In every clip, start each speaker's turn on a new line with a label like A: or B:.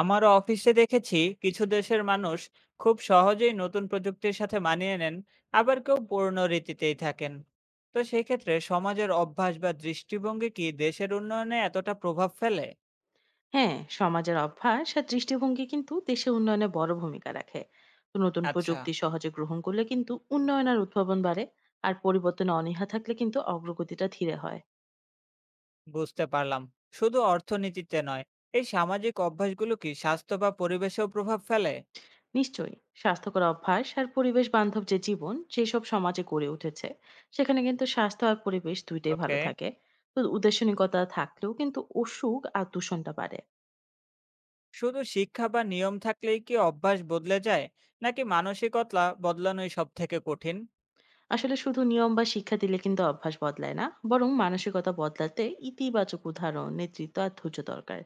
A: আমার অফিসে দেখেছি কিছু দেশের মানুষ খুব সহজেই নতুন প্রযুক্তির সাথে মানিয়ে নেন, আবার কেউ পুরনো রীতিতেই থাকেন। তো সেক্ষেত্রে সমাজের অভ্যাস বা দৃষ্টিভঙ্গি কি দেশের উন্নয়নে এতটা প্রভাব ফেলে?
B: হ্যাঁ, সমাজের অভ্যাস আর দৃষ্টিভঙ্গি কিন্তু দেশের উন্নয়নে বড় ভূমিকা রাখে। তো নতুন
A: আচ্ছা,
B: প্রযুক্তি সহজে গ্রহণ করলে কিন্তু উন্নয়ন আর উদ্ভাবন বাড়ে। আর পরিবর্তনে অনীহা থাকলে কিন্তু অগ্রগতিটা ধীরে হয়।
A: বুঝতে পারলাম। শুধু অর্থনীতিতে নয়, এই সামাজিক অভ্যাসগুলো কি স্বাস্থ্য বা পরিবেশেও প্রভাব ফেলে?
B: নিশ্চয়ই, স্বাস্থ্যকর অভ্যাস আর পরিবেশ বান্ধব যে জীবন যেসব সমাজে গড়ে উঠেছে, সেখানে কিন্তু স্বাস্থ্য আর পরিবেশ দুইটাই ভালো
A: ওকে।
B: থাকে। তো উদাসীনিকতা থাকলেও কিন্তু অসুখ আর দূষণটা বাড়ে।
A: শুধু শিক্ষা বা নিয়ম থাকলেই কি অভ্যাস বদলে যায়, নাকি মানসিকতা বদলানোই সব থেকে কঠিন?
B: আসলে শুধু নিয়ম বা শিক্ষা দিলে কিন্তু অভ্যাস বদলায় না, বরং মানসিকতা বদলাতে ইতিবাচক উদাহরণ, নেতৃত্ব আর ধৈর্য দরকার।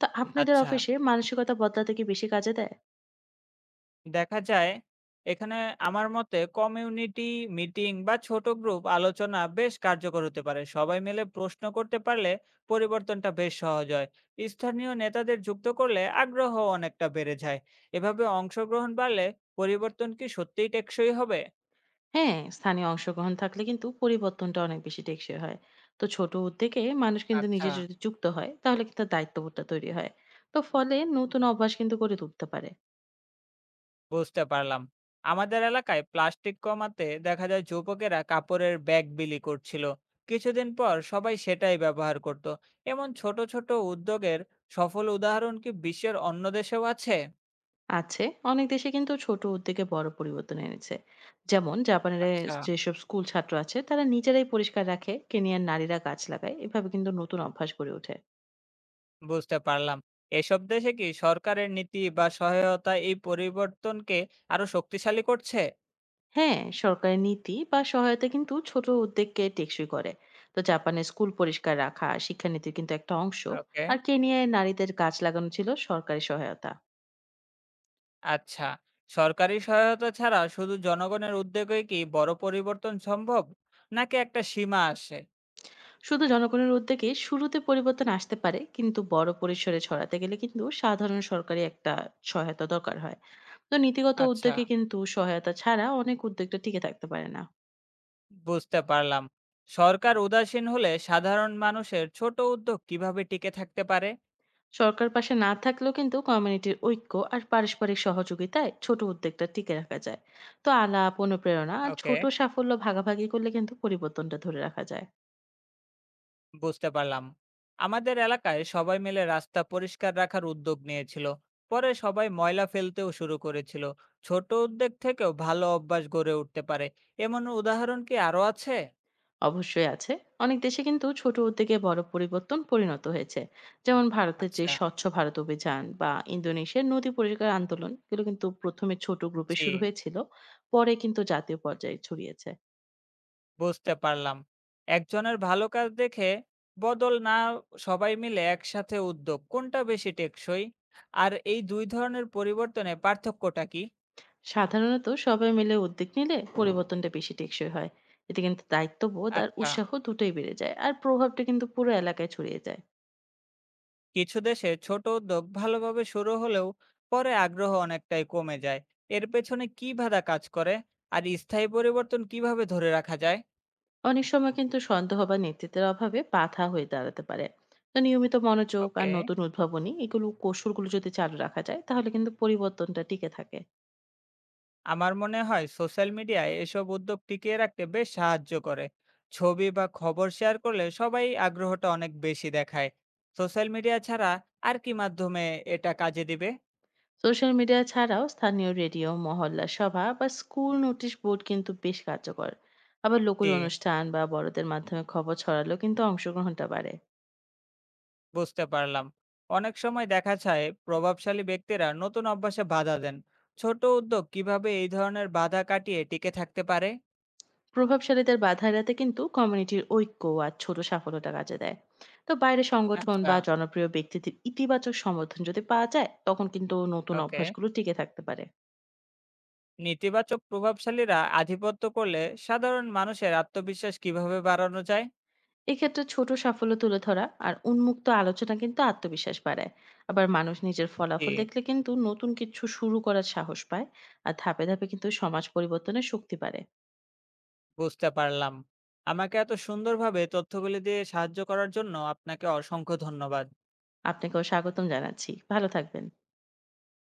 B: তো আপনাদের
A: আচ্ছা,
B: অফিসে মানসিকতা বদলাতে কি বেশি কাজে দেয়?
A: দেখা যায় এখানে আমার মতে কমিউনিটি মিটিং বা ছোট গ্রুপ আলোচনা বেশ কার্যকর হতে পারে। সবাই মিলে প্রশ্ন করতে পারলে পরিবর্তনটা বেশ সহজ হয়। স্থানীয় নেতাদের যুক্ত করলে আগ্রহ অনেকটা বেড়ে যায়। এভাবে অংশগ্রহণ বাড়লে পরিবর্তন কি সত্যিই টেকসই হবে?
B: হ্যাঁ, স্থানীয় অংশগ্রহণ থাকলে কিন্তু পরিবর্তনটা অনেক বেশি টেকসই হয়। তো ছোট উদ্যোগে মানুষ কিন্তু
A: আচ্ছা,
B: নিজে যদি যুক্ত হয় তাহলে কিন্তু দায়িত্ববোধটা তৈরি হয়। তো ফলে নতুন অভ্যাস কিন্তু গড়ে তুলতে পারে।
A: বুঝতে পারলাম। আমাদের এলাকায় প্লাস্টিক কমাতে দেখা যায় যুবকেরা কাপড়ের ব্যাগ বিলি করছিল। কিছুদিন পর সবাই সেটাই ব্যবহার করত। এমন ছোট, ছোট উদ্যোগের সফল উদাহরণ কি বিশ্বের অন্য দেশেও আছে?
B: আছে। অনেক দেশে কিন্তু ছোট উদ্যোগে বড় পরিবর্তন এনেছে। যেমন জাপানের
A: আচ্ছা,
B: যেসব স্কুল ছাত্র আছে তারা নিজেরাই পরিষ্কার রাখে, কেনিয়ার নারীরা গাছ লাগায়। এভাবে কিন্তু নতুন অভ্যাস গড়ে ওঠে।
A: বুঝতে পারলাম। এসব দেশে কি সরকারের নীতি বা সহায়তা এই পরিবর্তনকে আরো শক্তিশালী করছে?
B: হ্যাঁ, সরকারের নীতি বা সহায়তা কিন্তু ছোট উদ্যোগকে টেকসই করে। তো জাপানে স্কুল পরিষ্কার রাখা শিক্ষানীতির কিন্তু একটা অংশ।
A: ওকে,
B: আর কেনিয়ায় নারীদের গাছ লাগানো ছিল সরকারি সহায়তা।
A: আচ্ছা। সরকারি সহায়তা ছাড়া শুধু জনগণের উদ্যোগেই কি বড় পরিবর্তন সম্ভব, নাকি একটা সীমা আসে?
B: শুধু জনগণের উদ্যোগে শুরুতে পরিবর্তন আসতে পারে, কিন্তু বড় পরিসরে ছড়াতে গেলে কিন্তু সাধারণ সরকারি একটা সহায়তা দরকার হয়। তো নীতিগত
A: আচ্ছা,
B: উদ্যোগে কিন্তু সহায়তা ছাড়া অনেক উদ্যোগটা টিকে থাকতে পারে না।
A: বুঝতে পারলাম। সরকার উদাসীন হলে সাধারণ মানুষের ছোট উদ্যোগ কিভাবে টিকে থাকতে পারে?
B: সরকার পাশে না থাকলেও কিন্তু কমিউনিটির ঐক্য আর পারস্পরিক সহযোগিতায় ছোট উদ্যোগটা টিকে রাখা যায়। তো আলাপ, অনুপ্রেরণা আর
A: ওকে,
B: ছোট সাফল্য ভাগাভাগি করলে কিন্তু পরিবর্তনটা ধরে রাখা যায়।
A: বুঝতে পারলাম। আমাদের এলাকায় সবাই মিলে রাস্তা পরিষ্কার রাখার উদ্যোগ নিয়েছিল, পরে সবাই ময়লা ফেলতেও শুরু করেছিল। ছোট উদ্যোগ থেকেও ভালো অভ্যাস গড়ে উঠতে পারে। এমন উদাহরণ কি আরো আছে?
B: অবশ্যই আছে। অনেক দেশে কিন্তু ছোট উদ্যোগে বড় পরিবর্তন পরিণত হয়েছে। যেমন ভারতের যে
A: আচ্ছা,
B: স্বচ্ছ ভারত অভিযান বা ইন্দোনেশিয়ার নদী পরিষ্কার আন্দোলন, এগুলো কিন্তু প্রথমে ছোট গ্রুপে
A: জি,
B: শুরু হয়েছিল। পরে কিন্তু জাতীয় পর্যায়ে ছড়িয়েছে।
A: বুঝতে পারলাম। একজনের ভালো কাজ দেখে বদল না সবাই মিলে একসাথে উদ্যোগ, কোনটা বেশি টেকসই? আর এই দুই ধরনের পরিবর্তনে পার্থক্যটা কি?
B: সাধারণত সবাই মিলে উদ্যোগ নিলে পরিবর্তনটা বেশি টেকসই হয়। এতে কিন্তু দায়িত্ববোধ আর
A: আচ্ছা।
B: উৎসাহ দুটোই বেড়ে যায় আর প্রভাবটা কিন্তু পুরো এলাকায় ছড়িয়ে যায়।
A: কিছু দেশে ছোট উদ্যোগ ভালোভাবে শুরু হলেও পরে আগ্রহ অনেকটাই কমে যায়। এর পেছনে কি বাধা কাজ করে, আর স্থায়ী পরিবর্তন কিভাবে ধরে রাখা যায়?
B: অনেক সময় কিন্তু সন্দেহ বা নেতৃত্বের অভাবে বাধা হয়ে দাঁড়াতে পারে। তো নিয়মিত মনোযোগ আর
A: ওকে।
B: নতুন উদ্ভাবনী এগুলো কৌশলগুলো যদি চালু রাখা যায় তাহলে কিন্তু পরিবর্তনটা টিকে থাকে।
A: আমার মনে হয় সোশ্যাল মিডিয়ায় এসব উদ্যোগ টিকিয়ে রাখতে বেশ সাহায্য করে। ছবি বা খবর শেয়ার করলে সবাই আগ্রহটা অনেক বেশি দেখায়। সোশ্যাল মিডিয়া ছাড়া আর কি মাধ্যমে এটা কাজে দিবে?
B: সোশ্যাল মিডিয়া ছাড়াও স্থানীয় রেডিও, মহল্লা সভা বা স্কুল নোটিশ বোর্ড কিন্তু বেশ কার্যকর। আবার লোকাল
A: জি,
B: অনুষ্ঠান বা বড়দের মাধ্যমে খবর ছড়ালেও কিন্তু অংশগ্রহণটা বাড়ে।
A: বুঝতে পারলাম। অনেক সময় দেখা যায় প্রভাবশালী ব্যক্তিরা নতুন অভ্যাসে বাধা দেন। ছোট উদ্যোগ কিভাবে এই ধরনের বাধা কাটিয়ে টিকে থাকতে পারে?
B: প্রভাবশালীদের বাধা এড়াতে কিন্তু কমিউনিটির ঐক্য আর ছোট সাফল্যটা কাজে দেয়। তো বাইরের সংগঠন
A: আচ্ছা,
B: বা জনপ্রিয় ব্যক্তিদের ইতিবাচক সমর্থন যদি পাওয়া যায় তখন কিন্তু নতুন
A: ওকে।
B: অভ্যাসগুলো টিকে থাকতে পারে।
A: নেতিবাচক প্রভাবশালীরা আধিপত্য করলে সাধারণ মানুষের আত্মবিশ্বাস কিভাবে বাড়ানো যায়?
B: এক্ষেত্রে ছোট সাফল্য তুলে ধরা আর উন্মুক্ত আলোচনা কিন্তু আত্মবিশ্বাস বাড়ায়। আবার মানুষ নিজের
A: জি,
B: ফলাফল দেখলে কিন্তু নতুন কিছু শুরু করার সাহস পায়। আর ধাপে ধাপে কিন্তু সমাজ পরিবর্তনের শক্তি বাড়ে।
A: বুঝতে পারলাম। আমাকে এত সুন্দরভাবে তথ্যগুলি দিয়ে সাহায্য করার জন্য আপনাকে অসংখ্য ধন্যবাদ।
B: আপনাকেও স্বাগতম জানাচ্ছি। ভালো থাকবেন।